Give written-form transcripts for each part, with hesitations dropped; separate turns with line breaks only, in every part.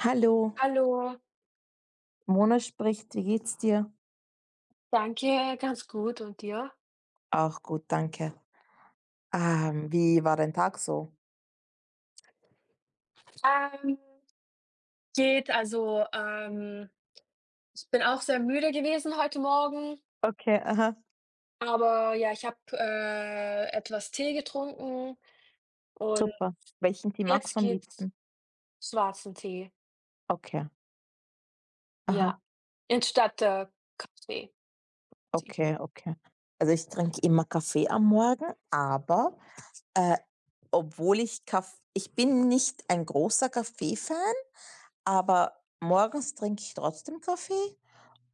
Hallo,
Hallo,
Mona spricht. Wie geht's dir?
danke, ganz gut und dir?
Auch gut, danke. Wie war dein Tag so?
Ähm, Geht, also, ich bin auch sehr müde gewesen heute Morgen,
Okay, aha,
aber ja, ich habe, etwas Tee getrunken und
super. Welchen Tee magst
jetzt
du am
geht's
liebsten?
schwarzen Tee,
Okay,
ja,
aha,
anstatt, Kaffee.
okay, okay. Also ich trinke immer Kaffee am Morgen, aber äh, obwohl ich Kaff ich bin nicht ein großer Kaffee-Fan, aber morgens trinke ich trotzdem Kaffee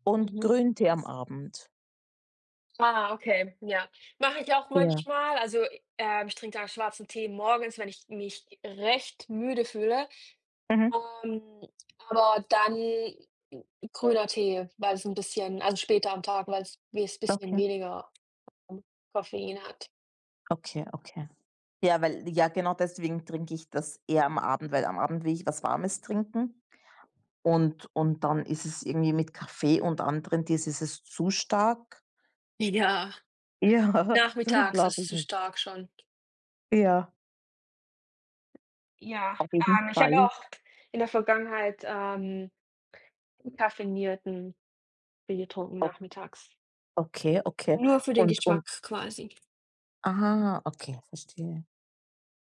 und
Mhm.
Grüntee am Abend.
Ah, okay, ja. Mache ich auch
Ja.
manchmal. Also, ich trinke da schwarzen Tee morgens, wenn ich mich recht müde fühle.
Mhm.
Ähm, aber dann grüner Tee, weil es 'n bisschen also später am Tag, weil's bisschen
Okay,
weniger Koffein hat.
okay, okay. Ja, weil ja, genau deswegen trinke ich das eher am Abend, weil am Abend will ich was Warmes trinken, und dann ist es irgendwie mit Kaffee und anderen Tees ist es zu stark.
Ja,
Ja, das
nachmittags
glaube
ist
ich
zu
nicht.
stark schon.
Ja,
Ja,
auf jeden
ich habe
Fall.
auch in der Vergangenheit, entkoffeinierten Tee getrunken
O
nachmittags.
okay, okay.
Nur für den
Und
Geschmack quasi.
ah, okay, verstehe.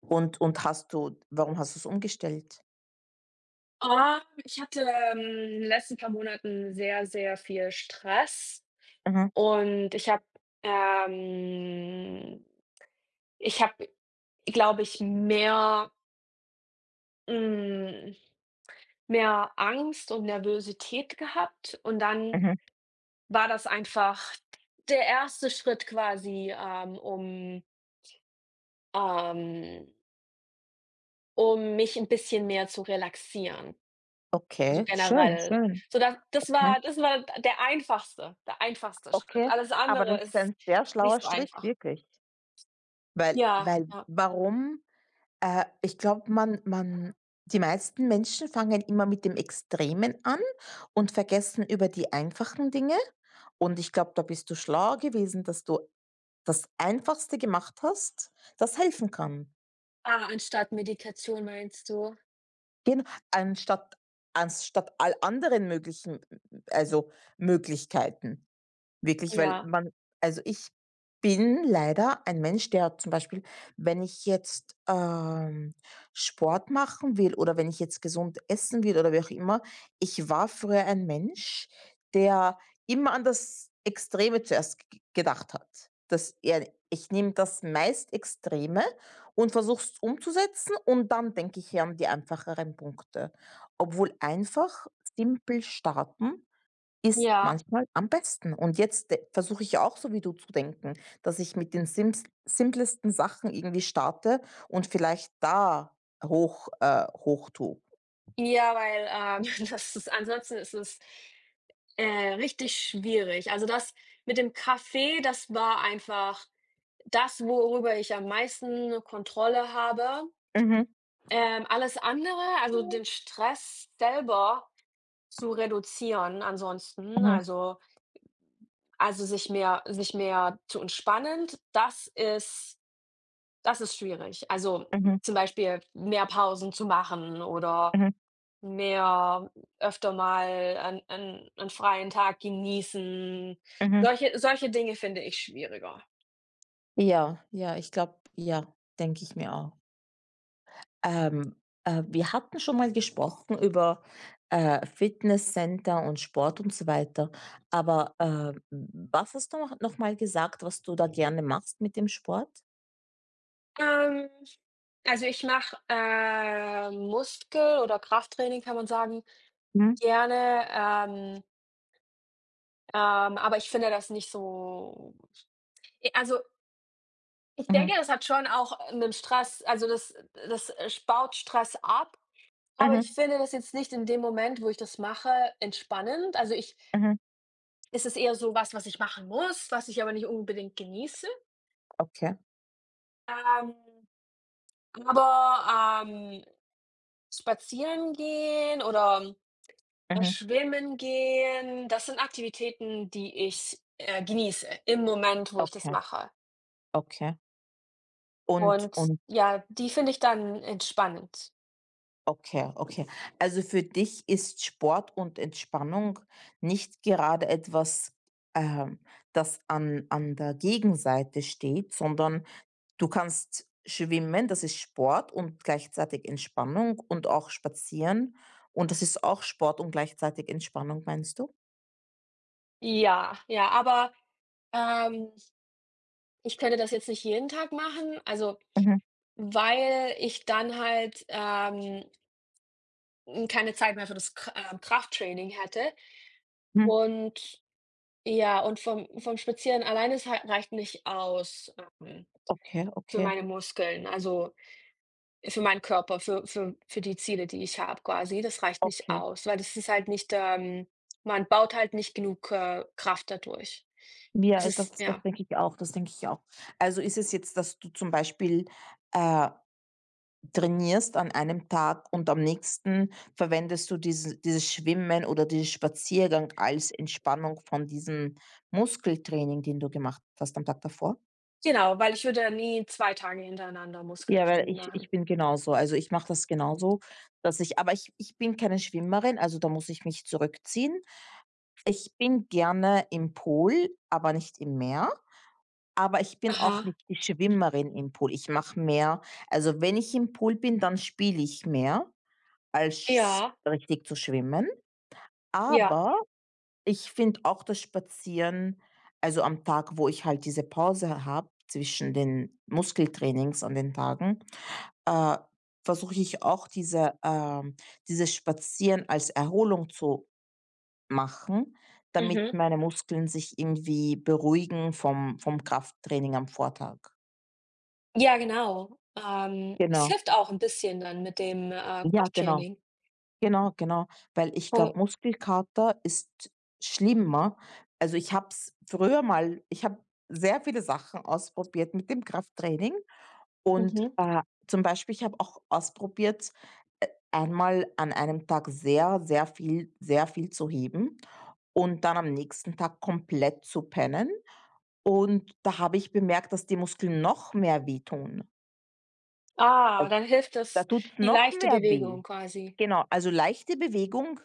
Und hast du warum hast du es umgestellt?
Ah, ich hatte, in den letzten paar Monaten sehr, sehr viel Stress.
Mhm,
Und ähm, ich habe, glaube ich, mehr hm, mehr Angst und Nervosität gehabt und dann
mhm.
war das einfach der erste Schritt quasi, ähm, um mich ein bisschen mehr zu relaxieren, so
Okay, schön,
generell.
schön.
So das
Okay.
war der einfachste Schritt.
Okay,
Alles
aber
andere
das ist
ist
ein sehr schlauer
nicht so
Schritt,
einfach.
wirklich. Weil
Ja,
weil
ja.
warum ich glaube, man man die meisten Menschen fangen immer mit dem Extremen an und vergessen über die einfachen Dinge. Und ich glaube, da bist du schlau gewesen, dass du das Einfachste gemacht hast, das helfen kann.
Ah, anstatt Meditation meinst du?
Gen anstatt anstatt all anderen möglichen, also, Möglichkeiten. Wirklich, weil
Ja,
man, also, ich bin leider ein Mensch, der zum Beispiel, wenn ich jetzt, Sport machen will oder wenn ich jetzt gesund essen will oder wie auch immer, ich war früher ein Mensch, der immer an das Extreme zuerst g gedacht hat. Dass er ich nehme das meist Extreme und versuche es umzusetzen, und dann denke ich an die einfacheren Punkte. Obwohl einfach simpel starten ist
ja,
manchmal am besten. Und jetzt de versuche ich ja auch so wie du zu denken, dass ich mit den simps simplesten Sachen irgendwie starte und vielleicht da hoch tue.
ja, weil, das ist ansonsten ist es, richtig schwierig. Also, das mit dem Kaffee, das war einfach das, worüber ich am meisten Kontrolle habe.
Mhm.
Alles andere, also den Stress selber zu reduzieren ansonsten,
Mhm.
also, sich mehr zu entspannen, das ist schwierig. Also,
Mhm.
zum Beispiel mehr Pausen zu machen oder
Mhm.
mehr öfter mal an freien Tag genießen.
Mhm.
Solche Dinge finde ich schwieriger.
Ja, ja, ich glaube, ja, denke ich mir auch. Ähm, wir hatten schon mal gesprochen über, Fitnesscenter und Sport und so weiter, aber, was hast du noch mal gesagt, was du da gerne machst mit dem Sport?
Ähm, also, ich mache, Muskel oder Krafttraining, kann man sagen,
Mhm.
gerne, aber ich finde das nicht so e also, ich denke,
Mhm.
das hat schon auch, mit'm Stress also, baut Stress ab, aber ich
Mhm,
finde das jetzt nicht in dem Moment, wo ich das mache, entspannend. Also, ich
mhm,
es ist eher so was, was ich machen muss, was ich aber nicht unbedingt genieße.
okay,
Ähm, aber, ähm, Spazieren gehen oder
mhm,
schwimmen gehen, das sind Aktivitäten, die ich, genieße im Moment, wo ich das
okay,
mache.
okay. Und
Und
und
ja, die finde ich dann entspannend.
okay, okay. Also für dich ist Sport und Entspannung nicht gerade etwas, ähm, das an der Gegenseite steht, sondern du kannst schwimmen, das ist Sport und gleichzeitig Entspannung, und auch spazieren, und das ist auch Sport und gleichzeitig Entspannung, meinst du?
Ja, ja, aber, ähm, ich könnte das jetzt nicht jeden Tag machen, also,
Mhm,
weil ich dann halt, keine Zeit mehr für das K Krafttraining hätte.
mhm.
Und ja, und vom Spazieren alleine es halt reicht nicht aus, ähm,
Okay,
für
okay,
meine Muskeln, also für meinen Körper, für die Ziele, die ich habe quasi. Das reicht nicht
okay.
aus, weil das ist halt nicht, man baut halt nicht genug, Kraft dadurch. Es
Ja, das
ist
das
ja,
denke ich auch, das denke ich auch. Also ist es jetzt, dass du zum Beispiel, äh, trainierst an einem Tag und am nächsten verwendest du dieses Schwimmen oder diesen Spaziergang als Entspannung von diesem Muskeltraining, den du gemacht hast am Tag davor?
genau, weil ich würde nie 2 Tage hintereinander
Ja, weil
Muskeltraining
ich
machen.
bin genauso. Also ich mache das genauso, dass ich, aber ich bin keine Schwimmerin, also da muss ich mich zurückziehen. Ich bin gerne im Pool, aber nicht im Meer. Aber ich bin auch
Aha,
nicht die Schwimmerin im Pool. Ich mache mehr, also, wenn ich im Pool bin, dann spiele ich mehr, als
ja,
richtig zu schwimmen.
ja,
Aber ich finde auch das Spazieren, also, am Tag, wo ich halt diese Pause habe zwischen den Muskeltrainings an den Tagen, äh, versuche ich auch dieses Spazieren als Erholung zu machen, damit
mhm.
meine Muskeln sich irgendwie beruhigen vom Krafttraining am Vortag.
Ja, genau. Es
Genau.
hilft auch ein bisschen dann mit dem,
Ja, genau,
Krafttraining.
genau, genau, weil ich
Voll,
glaube, Muskelkater ist schlimmer. Also, ich habe es früher mal, ich habe sehr viele Sachen ausprobiert mit dem Krafttraining, und,
mhm.
zum Beispiel, ich habe auch ausprobiert, einmal an einem Tag sehr, sehr viel, sehr viel zu heben und dann am nächsten Tag komplett zu pennen. Und da habe ich bemerkt, dass die Muskeln noch mehr wehtun.
Ah,
Also,
dann hilft
da
das
tut's
die
noch
leichte
mehr weh.
Bewegung quasi.
Genau, also leichte Bewegung,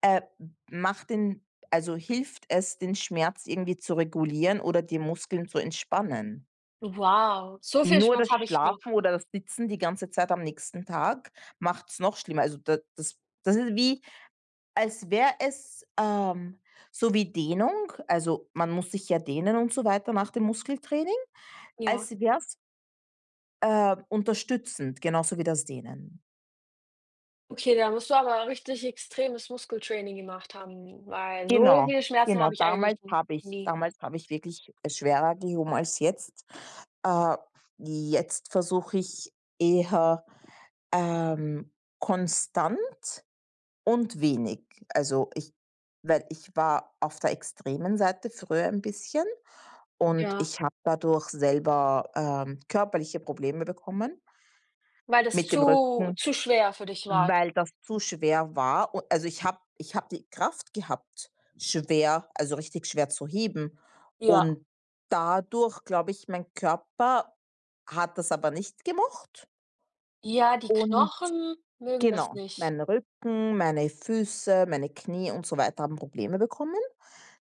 äh, macht den also hilft es, den Schmerz irgendwie zu regulieren oder die Muskeln zu entspannen.
Wow, so viel
Nur
Schmerz
das
habe ich noch.
Schlafen oder das Sitzen die ganze Zeit am nächsten Tag macht es noch schlimmer. Also da das das ist wie, als wäre es, so wie Dehnung, also man muss sich ja dehnen und so weiter nach dem Muskeltraining,
Ja.
als wäre es, unterstützend, genauso wie das Dehnen.
Okay, da musst du aber richtig extremes Muskeltraining gemacht haben, weil so
Genau,
viele Schmerzen
genau.
habe ich eigentlich
Damals
n
habe ich
nie.
damals habe ich wirklich schwerer gehoben als jetzt. Äh, jetzt versuche ich eher, ähm, konstant und wenig. Also, ich weil ich war auf der extremen Seite früher ein bisschen, und
Ja,
ich habe dadurch selber, körperliche Probleme bekommen
weil das
mit dem
zu
Rücken,
zu schwer für dich war.
weil das zu schwer war. Und also, ich habe die Kraft gehabt, schwer also, richtig schwer zu heben.
Ja.
Und dadurch, glaube ich, mein Körper hat das aber nicht gemocht,
Ja, die
und
Knochen mögen das
genau,
nicht.
mein Rücken, meine Füße, meine Knie und so weiter haben Probleme bekommen.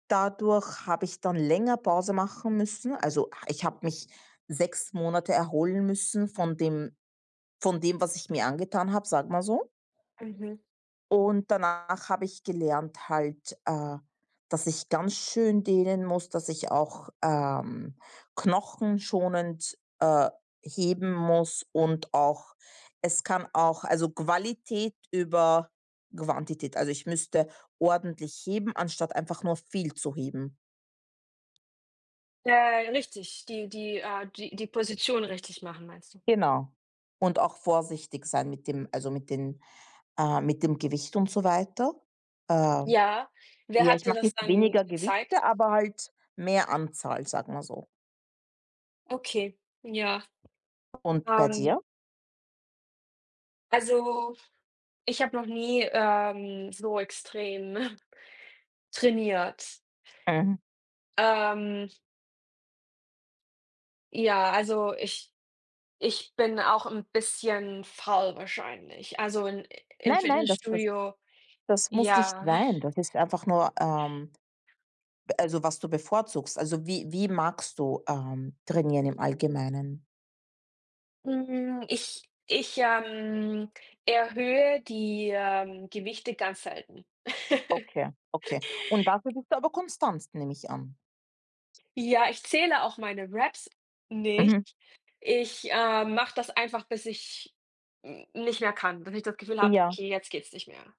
Dadurch habe ich dann länger Pause machen müssen. Also, ich habe mich 6 Monate erholen müssen von dem, was ich mir angetan habe, sag mal so.
Mhm.
Und danach habe ich gelernt halt, dass ich ganz schön dehnen muss, dass ich auch, knochenschonend, heben muss, und auch, es kann auch, also Qualität über Quantität. Also, ich müsste ordentlich heben, anstatt einfach nur viel zu heben.
Richtig, die Position richtig machen, meinst du?
Genau. Und auch vorsichtig sein mit dem, also, mit den, mit dem Gewicht und so weiter. Ähm
Ja. Wer
Ja,
hat
ich
dir
mache
das
jetzt
dann
weniger
gezeigt?
Gewichte, aber halt mehr Anzahl, sagen wir so.
Okay, ja.
Und bei
Ähm,
dir?
also ich habe noch nie, so extrem trainiert.
Mhm.
Ähm, ja, also ich bin auch ein bisschen faul wahrscheinlich. Also in im
Nein, nein, das das
Fitnessstudio
das muss nicht
ja.
sein. Das ist einfach nur, also, was du bevorzugst. Also, wie magst du, trainieren im Allgemeinen?
Hm, ich erhöhe die, Gewichte ganz selten.
Okay, okay. Und dafür bist du aber konstant, nehme ich an.
Ja, ich zähle auch meine Reps nicht.
Mhm.
Ich, mache das einfach, bis ich n nicht mehr kann, bis ich das Gefühl habe:
Ja.
„Okay, jetzt geht's nicht mehr.“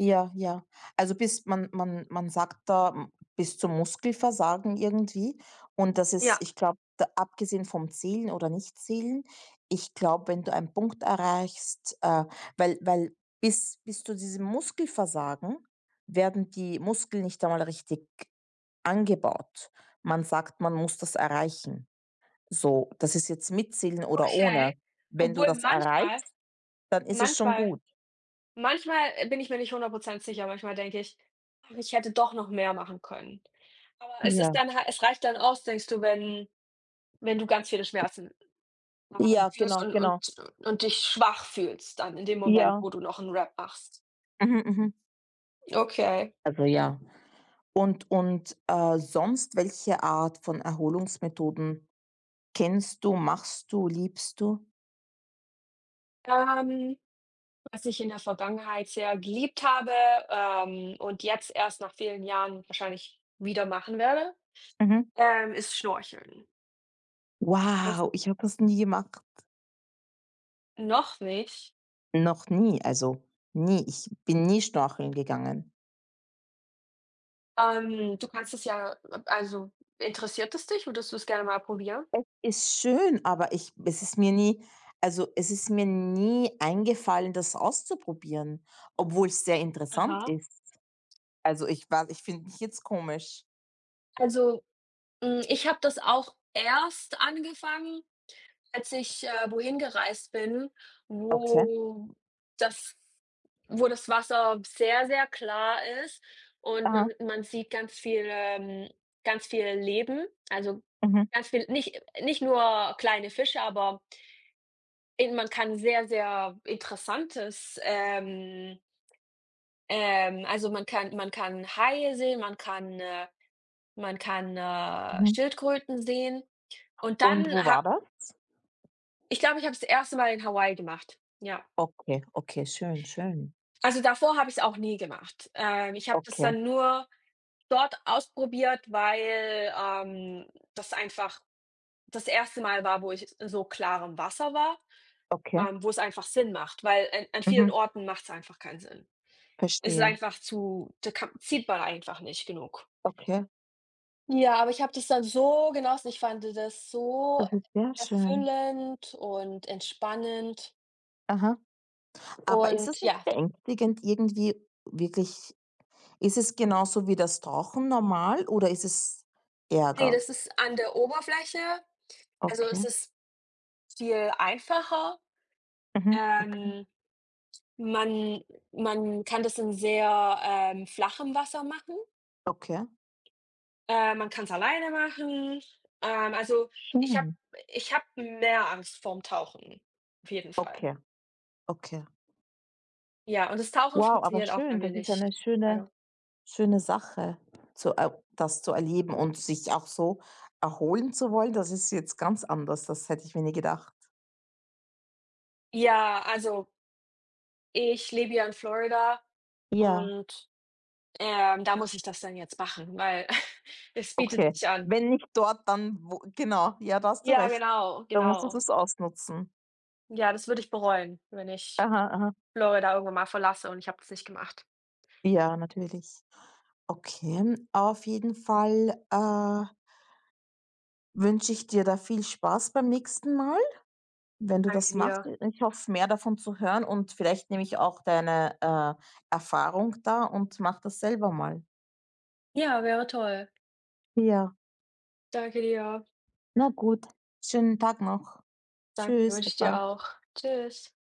Ja, ja. Also bis man sagt da, m bis zum Muskelversagen irgendwie, und das ist,
Ja.
ich glaube, abgesehen vom Zählen oder Nichtzählen, ich glaube, wenn du einen Punkt erreichst, weil bis zu diesem Muskelversagen werden die Muskeln nicht einmal richtig angebaut. Man sagt, man muss das erreichen. So, das ist jetzt mit Zählen oder ohne.
Okay,
Wenn du
obwohl
das erreichst, dann ist es schon
manchmal
gut.
manchmal, bin ich mir nicht 100% sicher. Manchmal denke ich: „Ach, ich hätte doch noch mehr machen können.“ Aber es ist
Ja.
dann halt es reicht dann aus, denkst du, wenn wenn du ganz viele Schmerzen,
Ja,
fühlst
genau,
und und
genau.
und dich schwach fühlst dann in dem Moment,
Ja.
wo du noch 'n Rap machst.
Mhm, mhm.
Okay.
Also ja. Und sonst, welche Art von Erholungsmethoden kennst du, machst du, liebst du?
Ähm, was ich in der Vergangenheit sehr geliebt habe, und jetzt erst nach vielen Jahren wahrscheinlich wieder machen werde,
Mhm.
ist Schnorcheln. Das
Wow, ich habe das nie gemacht.
noch nicht.
Noch nie, also nie. Ich bin nie schnorcheln gegangen.
Du kannst es ja also, interessiert es dich? Würdest du es gerne mal probieren?
Es ist schön, aber ich es ist mir nie eingefallen, das auszuprobieren, obwohl es sehr interessant
Aha.
ist. Also, ich finde mich jetzt komisch.
Also, hm, ich habe das auch erst angefangen, als ich, wohin gereist bin,
Okay.
wo das das Wasser sehr, sehr klar ist und
Aha.
man sieht ganz viel Leben, also,
Mhm,
ganz viel nicht nur kleine Fische, aber eben man kann sehr, sehr Interessantes, ähm, also man kann Haie sehen, man kann,
mhm.
Schildkröten sehen. Und
Und
dann
wo
habe
war das?
ich glaube, ich habe es das erste Mal in Hawaii gemacht. Ja.
Okay, okay, schön, schön.
Also davor habe ich es auch nie gemacht. Ich habe das
Okay,
dann nur dort ausprobiert, weil, das einfach das erste Mal war, wo ich in so klarem Wasser war,
okay.
wo es einfach Sinn macht, weil an
Mhm.
vielen Orten macht es einfach keinen Sinn. Es ist
Verstehe.
einfach zu da kann sieht man einfach nicht genug.
Okay,
Ja, aber ich habe das dann so genossen. Ich fand das so
das ist sehr schön.
erfüllend und entspannend
Aha. Aber ist es
und
nicht
ja,
beängstigend irgendwie, wirklich, ist es genauso wie das Rauchen normal, oder ist es
ne,
Ärger?
das ist an der Oberfläche also, es
Okay.
ist viel einfacher.
Mhm. Okay.
Ähm, man man kann das in sehr, flachem Wasser machen.
Okay.
Man kann es alleine machen. Also, ich habe
Schön.
ich hab mehr Angst vorm Tauchen, auf jeden Fall.
Okay, okay.
Ja, und das Tauchen
Wow, aber
funktioniert auch bei
schön,
mir
das ist ja 'ne
nicht,
schöne,
leider.
schöne Sache, zu das zu erleben und sich auch so erholen zu wollen, das ist jetzt ganz anders. Das hätte ich mir nie gedacht.
Ja, also ich lebe ja in Florida
Ja.
und, da muss ich das dann jetzt machen, weil es bietet
Okay.
sich an.
Wenn nicht dort, dann wo genau, ja, da hast du
Ja,
recht.
genau,
Da musst du
genau.
das ausnutzen.
Ja, das würde ich bereuen, wenn ich
Aha, aha.
Florida irgendwann mal verlasse und ich habe das nicht gemacht.
Ja, natürlich. Okay, auf jeden Fall, wünsche ich dir da viel Spaß beim nächsten Mal, wenn du das
Danke
machst.
dir.
Ich hoffe, mehr davon zu hören, und vielleicht nehme ich auch deine, Erfahrung da und mache das selber mal.
Ja, wäre toll.
Ja,
Danke dir.
na gut. Schönen Tag noch.
Danke,
Tschüss,
wünsche ich
baba.
dir auch. Tschüss.